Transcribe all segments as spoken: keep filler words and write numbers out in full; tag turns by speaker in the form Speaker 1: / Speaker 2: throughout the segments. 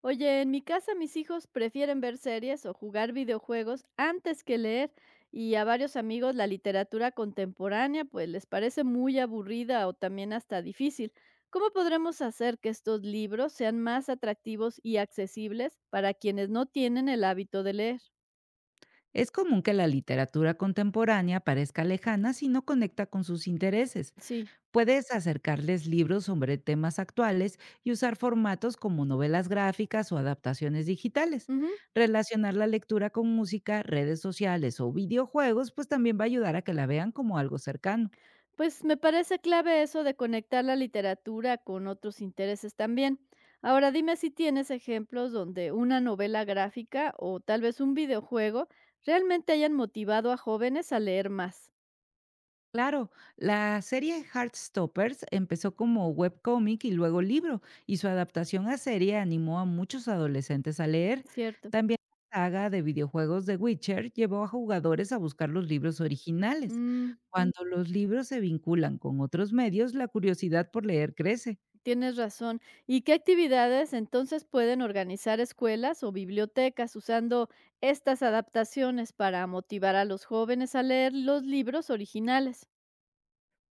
Speaker 1: Oye, en mi casa mis hijos prefieren ver series o jugar videojuegos antes que leer y a varios amigos la literatura contemporánea pues les parece muy aburrida o también hasta difícil. ¿Cómo podremos hacer que estos libros sean más atractivos y accesibles para quienes no tienen el hábito de leer?
Speaker 2: Es común que la literatura contemporánea parezca lejana si no conecta con sus intereses.
Speaker 1: Sí.
Speaker 2: Puedes acercarles libros sobre temas actuales y usar formatos como novelas gráficas o adaptaciones digitales.
Speaker 1: Ujú.
Speaker 2: Relacionar la lectura con música, redes sociales o videojuegos, pues también va a ayudar a que la vean como algo cercano.
Speaker 1: Pues me parece clave eso de conectar la literatura con otros intereses también. Ahora dime si tienes ejemplos donde una novela gráfica o tal vez un videojuego realmente hayan motivado a jóvenes a leer más.
Speaker 2: Claro, la serie Heartstoppers empezó como webcómic y luego libro, y su adaptación a serie animó a muchos adolescentes a leer.
Speaker 1: Cierto.
Speaker 2: También la saga de videojuegos de Witcher llevó a jugadores a buscar los libros originales.
Speaker 1: Mm,
Speaker 2: Mm. Cuando los libros se vinculan con otros medios, la curiosidad por leer crece.
Speaker 1: tienes razón. ¿Y qué actividades entonces pueden organizar escuelas o bibliotecas usando estas adaptaciones para motivar a los jóvenes a leer los libros originales?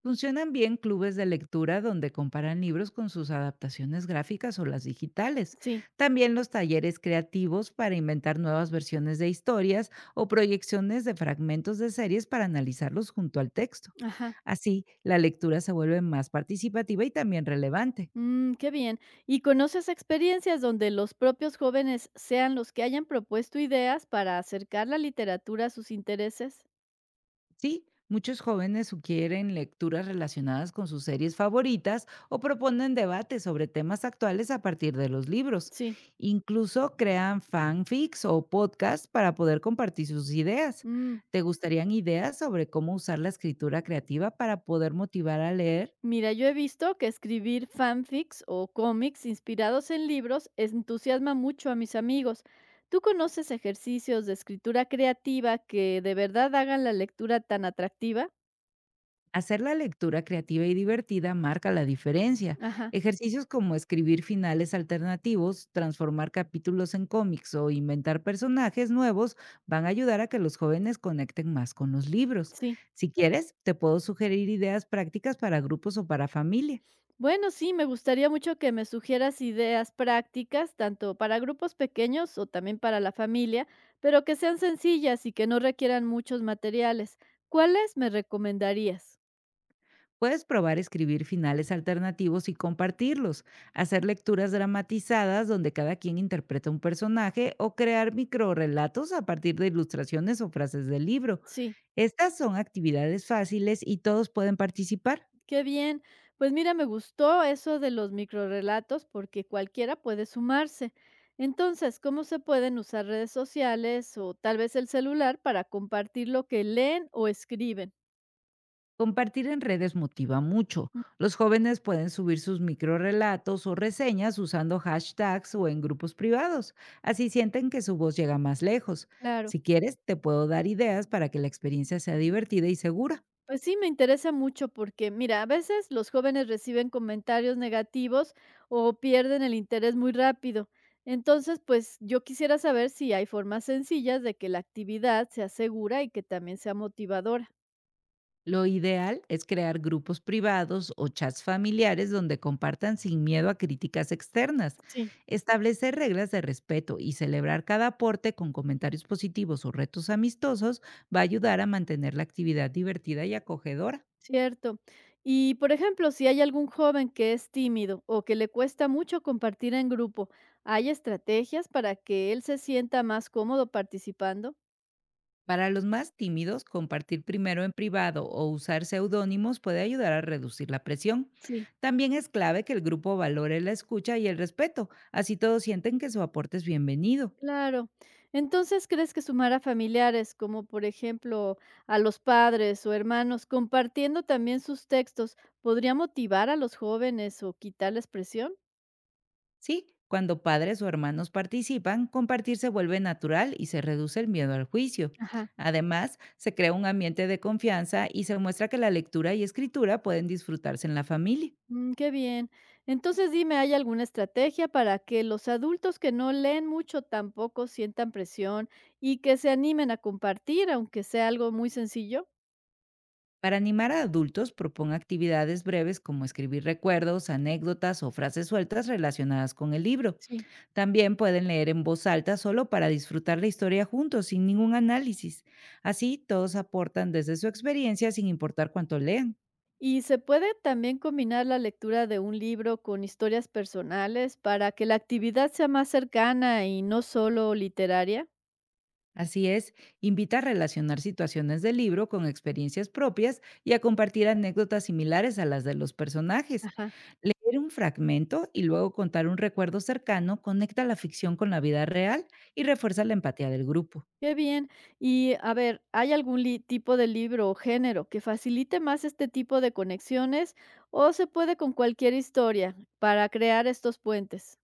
Speaker 2: Funcionan bien clubes de lectura donde comparan libros con sus adaptaciones gráficas o las digitales.
Speaker 1: Sí.
Speaker 2: También los talleres creativos para inventar nuevas versiones de historias o proyecciones de fragmentos de series para analizarlos junto al texto.
Speaker 1: Ajá.
Speaker 2: Así, la lectura se vuelve más participativa y también relevante.
Speaker 1: Mm, qué bien. ¿Y conoces experiencias donde los propios jóvenes sean los que hayan propuesto ideas para acercar la literatura a sus intereses?
Speaker 2: Sí, muchos jóvenes sugieren lecturas relacionadas con sus series favoritas o proponen debates sobre temas actuales a partir de los libros.
Speaker 1: Sí.
Speaker 2: Incluso crean fanfics o podcasts para poder compartir sus ideas.
Speaker 1: Mm.
Speaker 2: ¿Te gustarían ideas sobre cómo usar la escritura creativa para poder motivar a leer?
Speaker 1: Mira, yo he visto que escribir fanfics o cómics inspirados en libros entusiasma mucho a mis amigos. ¿Tú conoces ejercicios de escritura creativa que de verdad hagan la lectura tan atractiva?
Speaker 2: Hacer la lectura creativa y divertida marca la diferencia.
Speaker 1: Ajá,
Speaker 2: Ejercicios como escribir finales alternativos, transformar capítulos en cómics o inventar personajes nuevos van a ayudar a que los jóvenes conecten más con los libros.
Speaker 1: sí.
Speaker 2: Si quieres, te puedo sugerir ideas prácticas para grupos o para familia.
Speaker 1: Bueno, sí, me gustaría mucho que me sugieras ideas prácticas, tanto para grupos pequeños o también para la familia, pero que sean sencillas y que no requieran muchos materiales. ¿Cuáles me recomendarías?
Speaker 2: Puedes probar escribir finales alternativos y compartirlos, hacer lecturas dramatizadas donde cada quien interpreta un personaje o crear microrelatos a partir de ilustraciones o frases del libro.
Speaker 1: Sí,
Speaker 2: Estas son actividades fáciles y todos pueden participar.
Speaker 1: qué bien. Pues mira, me gustó eso de los microrelatos porque cualquiera puede sumarse. Entonces, ¿cómo se pueden usar redes sociales o tal vez el celular para compartir lo que leen o escriben?
Speaker 2: Compartir en redes motiva mucho.
Speaker 1: Mm,
Speaker 2: Los jóvenes pueden subir sus microrelatos o reseñas usando hashtags o en grupos privados. Así sienten que su voz llega más lejos.
Speaker 1: claro.
Speaker 2: Si quieres, te puedo dar ideas para que la experiencia sea divertida y segura.
Speaker 1: Pues sí, me interesa mucho porque, mira, a veces los jóvenes reciben comentarios negativos o pierden el interés muy rápido. Entonces, pues yo quisiera saber si hay formas sencillas de que la actividad sea segura y que también sea motivadora.
Speaker 2: Lo ideal es crear grupos privados o chats familiares donde compartan sin miedo a críticas externas,
Speaker 1: Sí.
Speaker 2: establecer reglas de respeto y celebrar cada aporte con comentarios positivos o retos amistosos va a ayudar a mantener la actividad divertida y acogedora.
Speaker 1: Cierto. Y, por ejemplo, si hay algún joven que es tímido o que le cuesta mucho compartir en grupo, ¿hay estrategias para que él se sienta más cómodo participando?
Speaker 2: Para los más tímidos, compartir primero en privado o usar seudónimos puede ayudar a reducir la presión.
Speaker 1: Sí.
Speaker 2: También es clave que el grupo valore la escucha y el respeto, así todos sienten que su aporte es bienvenido.
Speaker 1: Claro. Entonces, ¿crees que sumar a familiares, como por ejemplo a los padres o hermanos, compartiendo también sus textos, podría motivar a los jóvenes o quitarles presión?
Speaker 2: Sí, cuando padres o hermanos participan, compartir se vuelve natural y se reduce el miedo al juicio.
Speaker 1: Ajá.
Speaker 2: Además, se crea un ambiente de confianza y se muestra que la lectura y escritura pueden disfrutarse en la familia.
Speaker 1: Mm, qué bien. Entonces, dime, ¿hay alguna estrategia para que los adultos que no leen mucho tampoco sientan presión y que se animen a compartir, aunque sea algo muy sencillo?
Speaker 2: Para animar a adultos, proponga actividades breves como escribir recuerdos, anécdotas o frases sueltas relacionadas con el libro.
Speaker 1: Sí.
Speaker 2: También pueden leer en voz alta solo para disfrutar la historia juntos, sin ningún análisis. Así, todos aportan desde su experiencia sin importar cuánto lean.
Speaker 1: ¿Y se puede también combinar la lectura de un libro con historias personales para que la actividad sea más cercana y no solo literaria?
Speaker 2: Así es, invita a relacionar situaciones del libro con experiencias propias y a compartir anécdotas similares a las de los personajes.
Speaker 1: Ajá.
Speaker 2: Leer un fragmento y luego contar un recuerdo cercano conecta la ficción con la vida real y refuerza la empatía del grupo.
Speaker 1: Qué bien. Y a ver, ¿hay algún li- tipo de libro o género que facilite más este tipo de conexiones o se puede con cualquier historia para crear estos puentes?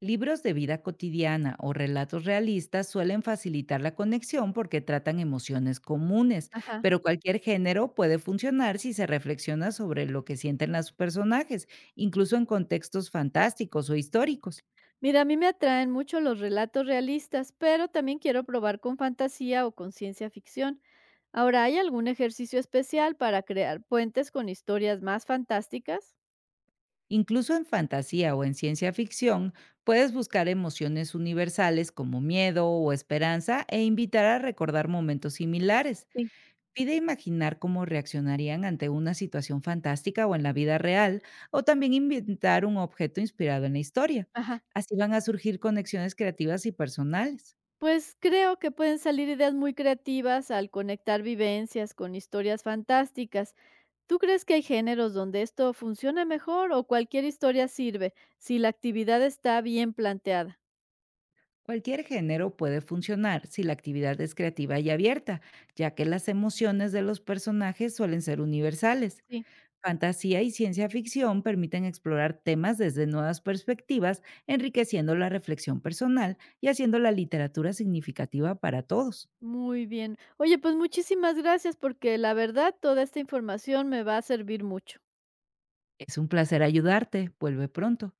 Speaker 2: Libros de vida cotidiana o relatos realistas suelen facilitar la conexión porque tratan emociones comunes,
Speaker 1: Ajá.
Speaker 2: pero cualquier género puede funcionar si se reflexiona sobre lo que sienten los personajes, incluso en contextos fantásticos o históricos.
Speaker 1: Mira, a mí me atraen mucho los relatos realistas, pero también quiero probar con fantasía o con ciencia ficción. Ahora, ¿hay algún ejercicio especial para crear puentes con historias más fantásticas?
Speaker 2: Incluso en fantasía o en ciencia ficción, puedes buscar emociones universales como miedo o esperanza e invitar a recordar momentos similares.
Speaker 1: Sí.
Speaker 2: Pide imaginar cómo reaccionarían ante una situación fantástica o en la vida real, o también inventar un objeto inspirado en la historia.
Speaker 1: Ajá.
Speaker 2: Así van a surgir conexiones creativas y personales.
Speaker 1: Pues creo que pueden salir ideas muy creativas al conectar vivencias con historias fantásticas. ¿Tú crees que hay géneros donde esto funciona mejor o cualquier historia sirve si la actividad está bien planteada?
Speaker 2: Cualquier género puede funcionar si la actividad es creativa y abierta, ya que las emociones de los personajes suelen ser universales.
Speaker 1: Sí.
Speaker 2: Fantasía y ciencia ficción permiten explorar temas desde nuevas perspectivas, enriqueciendo la reflexión personal y haciendo la literatura significativa para todos.
Speaker 1: Muy bien. Oye, pues muchísimas gracias porque la verdad toda esta información me va a servir mucho.
Speaker 2: Es un placer ayudarte. Vuelve pronto.